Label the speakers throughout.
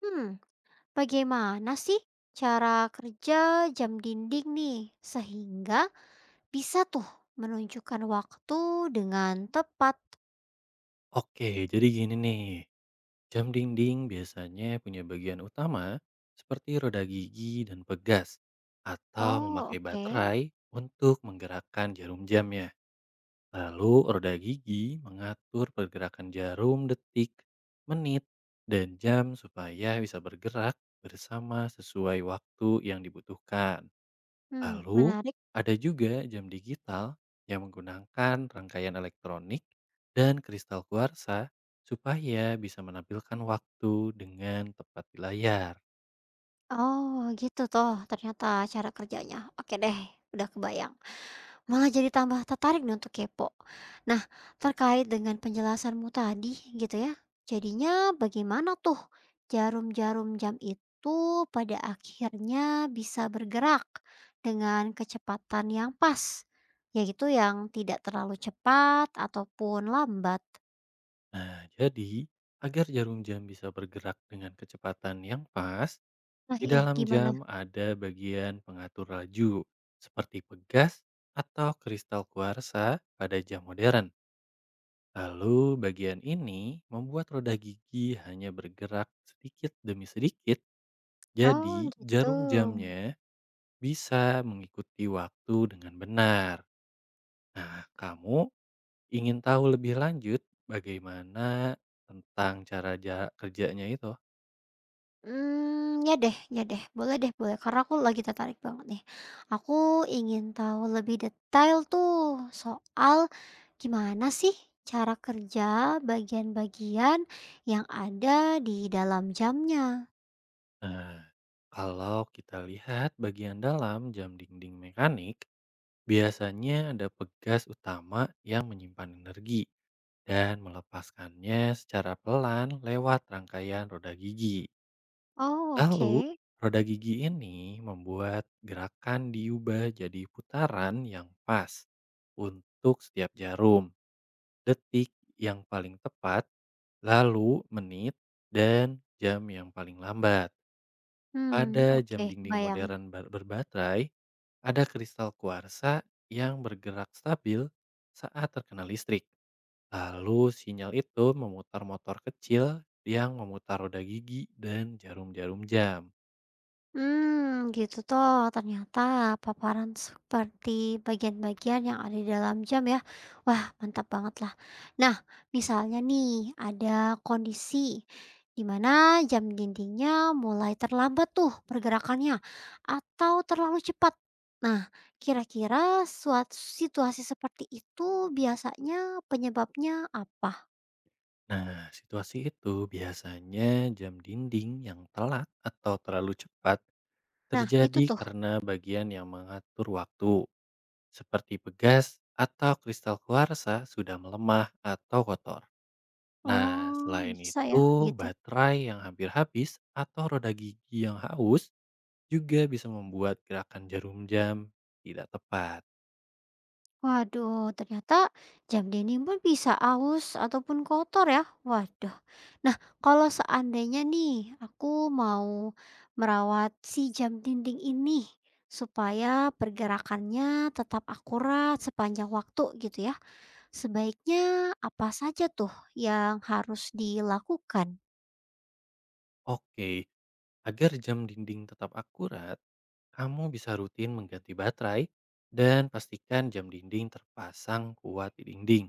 Speaker 1: Hmm, bagaimana sih cara kerja jam dinding nih sehingga bisa tuh menunjukkan waktu dengan tepat?
Speaker 2: Oke, jadi gini nih, jam dinding biasanya punya bagian utama seperti roda gigi dan pegas, atau
Speaker 1: Oh,
Speaker 2: memakai
Speaker 1: oke.
Speaker 2: baterai untuk menggerakkan jarum jamnya. Lalu roda gigi mengatur pergerakan jarum detik, menit, dan jam supaya bisa bergerak bersama sesuai waktu yang dibutuhkan.
Speaker 1: Hmm,
Speaker 2: Lalu,
Speaker 1: menarik.
Speaker 2: ada juga jam digital yang menggunakan rangkaian elektronik dan kristal kuarsa supaya bisa menampilkan waktu dengan tepat di layar.
Speaker 1: Oh, gitu toh ternyata cara kerjanya. Oke deh, udah kebayang. Malah jadi tambah tertarik nih untuk kepo. Nah, terkait dengan penjelasanmu tadi gitu ya. Jadinya bagaimana tuh jarum-jarum jam itu pada akhirnya bisa bergerak dengan kecepatan yang pas, yaitu yang tidak terlalu cepat ataupun lambat.
Speaker 2: Nah, jadi agar jarum jam bisa bergerak dengan kecepatan yang pas,
Speaker 1: Nah,
Speaker 2: di
Speaker 1: ya
Speaker 2: dalam
Speaker 1: gimana?
Speaker 2: jam ada bagian pengatur laju seperti pegas atau kristal kuarsa pada jam modern. Lalu bagian ini membuat roda gigi hanya bergerak sedikit demi sedikit.
Speaker 1: Oh,
Speaker 2: Jadi,
Speaker 1: gitu.
Speaker 2: jarum jamnya bisa mengikuti waktu dengan benar. Nah, kamu ingin tahu lebih lanjut bagaimana tentang cara kerjanya itu?
Speaker 1: Mmm, ya deh boleh, karena aku lagi tertarik banget nih. Aku ingin tahu lebih detail tuh soal gimana sih cara kerja bagian-bagian yang ada di dalam jamnya.
Speaker 2: Nah, kalau kita lihat bagian dalam jam dinding mekanik, biasanya ada pegas utama yang menyimpan energi dan melepaskannya secara pelan lewat rangkaian roda gigi.
Speaker 1: Oh,
Speaker 2: Lalu,
Speaker 1: oke.
Speaker 2: roda gigi ini membuat gerakan diubah jadi putaran yang pas untuk setiap jarum, detik yang paling tepat, lalu menit, dan jam yang paling lambat.
Speaker 1: Hmm
Speaker 2: Pada
Speaker 1: oke,
Speaker 2: jam dinding
Speaker 1: kebayang.
Speaker 2: modern berbaterai, ada kristal kuarsa yang bergerak stabil saat terkena listrik. Lalu sinyal itu memutar motor kecil yang memutar roda gigi dan jarum-jarum jam.
Speaker 1: Hmm, gitu toh ternyata paparan seperti bagian-bagian yang ada di dalam jam ya. Wah, mantap banget lah. Nah, misalnya nih ada kondisi di mana jam dindingnya mulai terlambat tuh pergerakannya atau terlalu cepat. Nah, kira-kira suatu situasi seperti itu biasanya penyebabnya apa?
Speaker 2: Nah, situasi itu biasanya jam dinding yang telat atau terlalu cepat
Speaker 1: Nah, itu
Speaker 2: terjadi
Speaker 1: tuh.
Speaker 2: karena bagian yang mengatur waktu, seperti pegas atau kristal kuarsa sudah melemah atau kotor. Nah,
Speaker 1: Oh,
Speaker 2: selain
Speaker 1: bisa ya
Speaker 2: itu,
Speaker 1: gitu.
Speaker 2: baterai yang hampir habis atau roda gigi yang haus juga bisa membuat gerakan jarum jam tidak tepat.
Speaker 1: Waduh, ternyata jam denim pun bisa aus ataupun kotor ya. Waduh. Nah, kalau seandainya nih aku mau merawat si jam dinding ini supaya pergerakannya tetap akurat sepanjang waktu gitu ya. Sebaiknya apa saja tuh yang harus dilakukan?
Speaker 2: Oke, agar jam dinding tetap akurat, kamu bisa rutin mengganti baterai dan pastikan jam dinding terpasang kuat di dinding.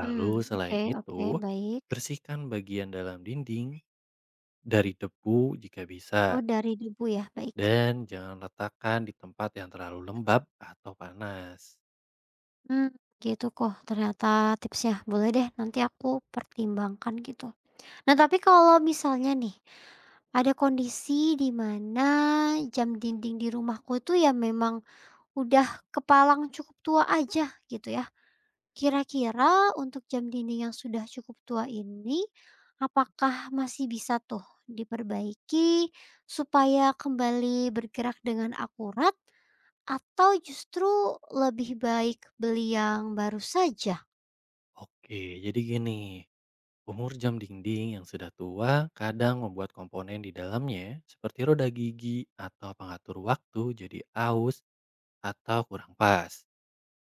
Speaker 1: Hmm,
Speaker 2: selain
Speaker 1: oke,
Speaker 2: itu,
Speaker 1: oke, baik.
Speaker 2: bersihkan bagian dalam dinding dari debu jika bisa.
Speaker 1: Oh, dari debu ya, baik.
Speaker 2: Dan jangan letakkan di tempat yang terlalu lembab atau panas.
Speaker 1: Hmm, gitu kok ternyata tipsnya. Boleh deh, nanti aku pertimbangkan gitu. Nah, tapi kalau misalnya nih, ada kondisi di mana jam dinding di rumahku itu ya memang udah kepalang cukup tua aja gitu ya. Kira-kira untuk jam dinding yang sudah cukup tua ini, apakah masih bisa tuh diperbaiki supaya kembali bergerak dengan akurat atau justru lebih baik beli yang baru saja?
Speaker 2: Oke, jadi gini, umur jam dinding yang sudah tua kadang membuat komponen di dalamnya seperti roda gigi atau pengatur waktu jadi aus atau kurang pas.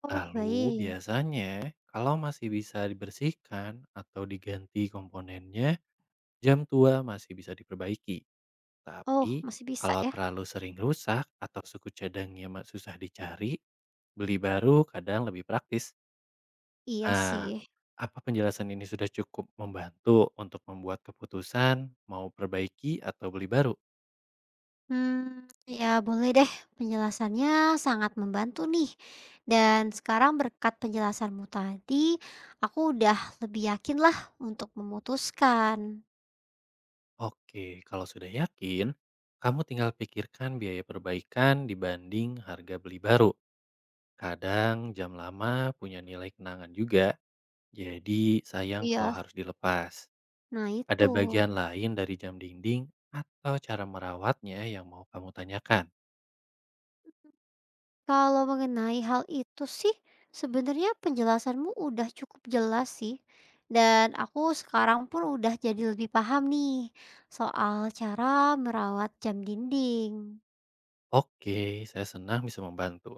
Speaker 1: Oh,
Speaker 2: Lalu
Speaker 1: baik.
Speaker 2: biasanya kalau masih bisa dibersihkan atau diganti komponennya, jam tua masih bisa diperbaiki.
Speaker 1: Oh,
Speaker 2: Tapi
Speaker 1: masih bisa
Speaker 2: kalau
Speaker 1: ya?
Speaker 2: terlalu sering rusak atau suku cadangnya susah dicari, beli baru kadang lebih praktis.
Speaker 1: Iya
Speaker 2: Nah,
Speaker 1: sih.
Speaker 2: apa penjelasan ini sudah cukup membantu untuk membuat keputusan mau perbaiki atau beli baru?
Speaker 1: Hmm, ya boleh deh, penjelasannya sangat membantu nih. Dan sekarang berkat penjelasanmu tadi, aku udah lebih yakin lah untuk memutuskan.
Speaker 2: Oke, kalau sudah yakin, kamu tinggal pikirkan biaya perbaikan dibanding harga beli baru. Kadang jam lama punya nilai kenangan juga, jadi sayang kalau
Speaker 1: Iya.
Speaker 2: harus dilepas.
Speaker 1: Nah
Speaker 2: Ada
Speaker 1: itu,
Speaker 2: bagian lain dari jam dinding atau cara merawatnya yang mau kamu tanyakan?
Speaker 1: kalau mengenai hal itu sih, sebenarnya penjelasanmu udah cukup jelas sih. Dan aku sekarang pun udah jadi lebih paham nih, soal cara merawat jam dinding.
Speaker 2: Oke, saya senang bisa membantu.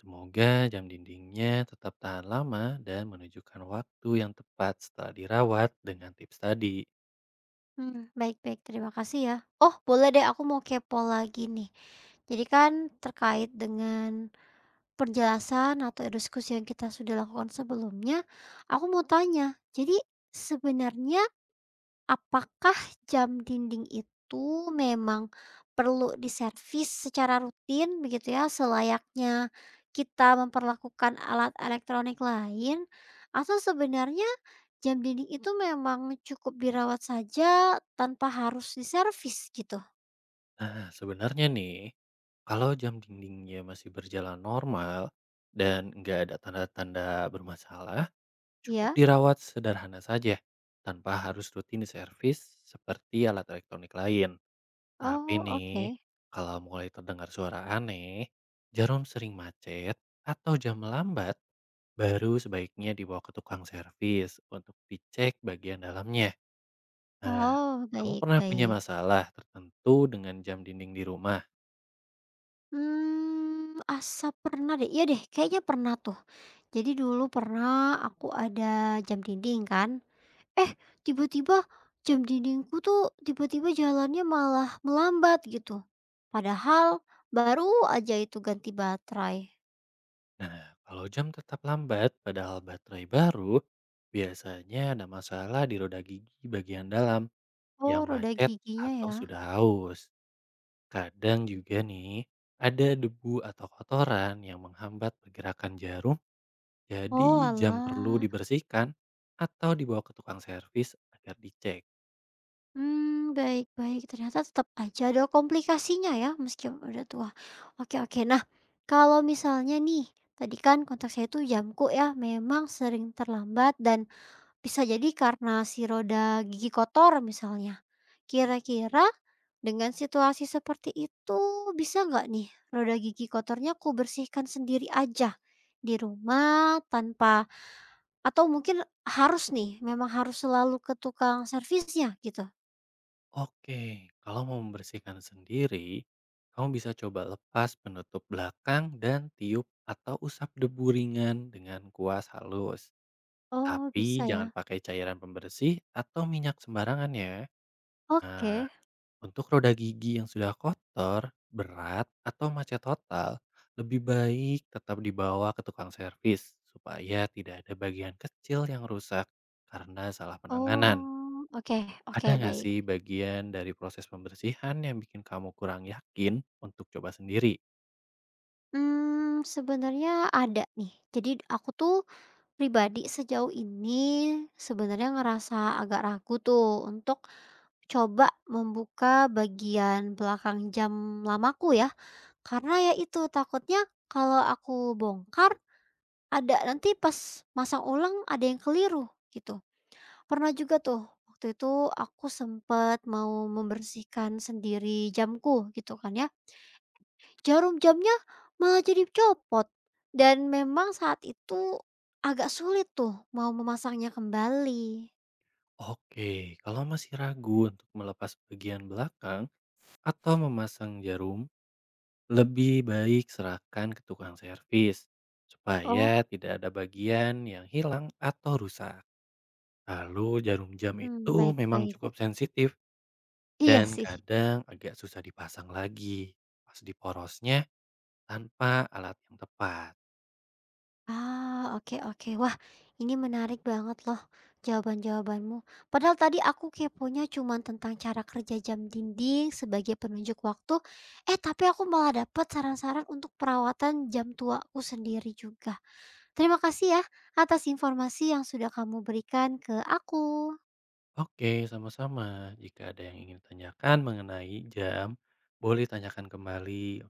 Speaker 2: Semoga jam dindingnya tetap tahan lama dan menunjukkan waktu yang tepat setelah dirawat dengan tips tadi.
Speaker 1: Mmm, baik baik, terima kasih ya. Oh, boleh deh aku mau kepo lagi nih. Jadi kan terkait dengan penjelasan atau diskusi yang kita sudah lakukan sebelumnya, aku mau tanya, jadi sebenarnya apakah jam dinding itu memang perlu diservis secara rutin begitu ya, selayaknya kita memperlakukan alat elektronik lain? Atau sebenarnya jam dinding itu memang cukup dirawat saja tanpa harus diservis gitu?
Speaker 2: Nah, sebenarnya nih, kalau jam dindingnya masih berjalan normal dan nggak ada tanda-tanda bermasalah, cukup
Speaker 1: Ya.
Speaker 2: dirawat sederhana saja, tanpa harus rutin diservis seperti alat elektronik lain. Tapi
Speaker 1: Oh, oke.
Speaker 2: nih, kalau mulai terdengar suara aneh, jarum sering macet, atau jam lambat, baru sebaiknya dibawa ke tukang servis untuk dicek bagian dalamnya. Nah,
Speaker 1: Oh,
Speaker 2: kamu
Speaker 1: baik
Speaker 2: pernah punya
Speaker 1: baik.
Speaker 2: masalah tertentu dengan jam dinding di rumah?
Speaker 1: Hmm asa pernah deh, iya deh kayaknya pernah tuh. Jadi dulu pernah aku ada jam dinding kan. Eh, tiba-tiba jam dindingku tuh tiba-tiba jalannya malah melambat gitu. Padahal baru aja itu ganti baterai.
Speaker 2: Nah, kalau jam tetap lambat padahal baterai baru, biasanya ada masalah di roda gigi bagian dalam. Yang
Speaker 1: Oh, roda
Speaker 2: macet
Speaker 1: giginya
Speaker 2: atau
Speaker 1: ya.
Speaker 2: sudah haus. Kadang juga nih, ada debu atau kotoran yang menghambat pergerakan jarum, jadi
Speaker 1: Oh,
Speaker 2: jam perlu
Speaker 1: alah.
Speaker 2: dibersihkan atau dibawa ke tukang servis agar dicek.
Speaker 1: Hmm, baik-baik. Ternyata tetap aja ada komplikasinya ya, meskipun udah tua. Oke, oke. Nah, kalau misalnya nih, tadi kan kontak saya itu jamku ya, memang sering terlambat dan bisa jadi karena si roda gigi kotor misalnya. Kira-kira dengan situasi seperti itu bisa nggak nih roda gigi kotornya ku bersihkan sendiri aja di rumah tanpa atau mungkin harus nih memang harus selalu ke tukang servisnya gitu?
Speaker 2: Oke, kalau mau membersihkan sendiri, kamu bisa coba lepas penutup belakang dan tiup atau usap debu ringan dengan kuas halus.
Speaker 1: Oh
Speaker 2: Tapi
Speaker 1: bisa
Speaker 2: jangan
Speaker 1: ya.
Speaker 2: pakai cairan pembersih atau minyak sembarangan ya. Nah,
Speaker 1: Oke.
Speaker 2: untuk roda gigi yang sudah kotor, berat, atau macet total, lebih baik tetap dibawa ke tukang servis supaya tidak ada bagian kecil yang rusak karena salah penanganan.
Speaker 1: Oh, oke
Speaker 2: Ada
Speaker 1: oke
Speaker 2: nggak
Speaker 1: baik.
Speaker 2: sih bagian dari proses pembersihan yang bikin kamu kurang yakin untuk coba sendiri?
Speaker 1: Hmm sebenarnya ada nih. Jadi aku tuh pribadi sejauh ini sebenarnya ngerasa agak ragu tuh untuk coba membuka bagian belakang jam lamaku ya. Karena ya itu takutnya kalau aku bongkar ada nanti pas masang ulang ada yang keliru gitu. Pernah juga tuh waktu itu aku sempat mau membersihkan sendiri jamku gitu kan ya. Jarum jamnya malah jadi copot dan memang saat itu agak sulit tuh mau memasangnya kembali.
Speaker 2: Oke, kalau masih ragu untuk melepas bagian belakang atau memasang jarum, lebih baik serahkan ke tukang servis,
Speaker 1: Oh,
Speaker 2: supaya tidak ada bagian yang hilang atau rusak. Lalu jarum jam
Speaker 1: mmm,
Speaker 2: itu
Speaker 1: baik
Speaker 2: memang
Speaker 1: baik.
Speaker 2: cukup sensitif
Speaker 1: Iya
Speaker 2: dan
Speaker 1: sih.
Speaker 2: kadang agak susah dipasang lagi pas di porosnya tanpa alat yang tepat.
Speaker 1: Ah, oke oke. Wah, ini menarik banget loh jawaban-jawabanmu. Padahal tadi aku keponya cuman tentang cara kerja jam dinding sebagai penunjuk waktu, eh tapi aku malah dapat saran-saran untuk perawatan jam tuaku sendiri juga. Terima kasih ya atas informasi yang sudah kamu berikan ke aku.
Speaker 2: Oke, sama-sama. Jika ada yang ingin ditanyakan mengenai jam, boleh tanyakan kembali.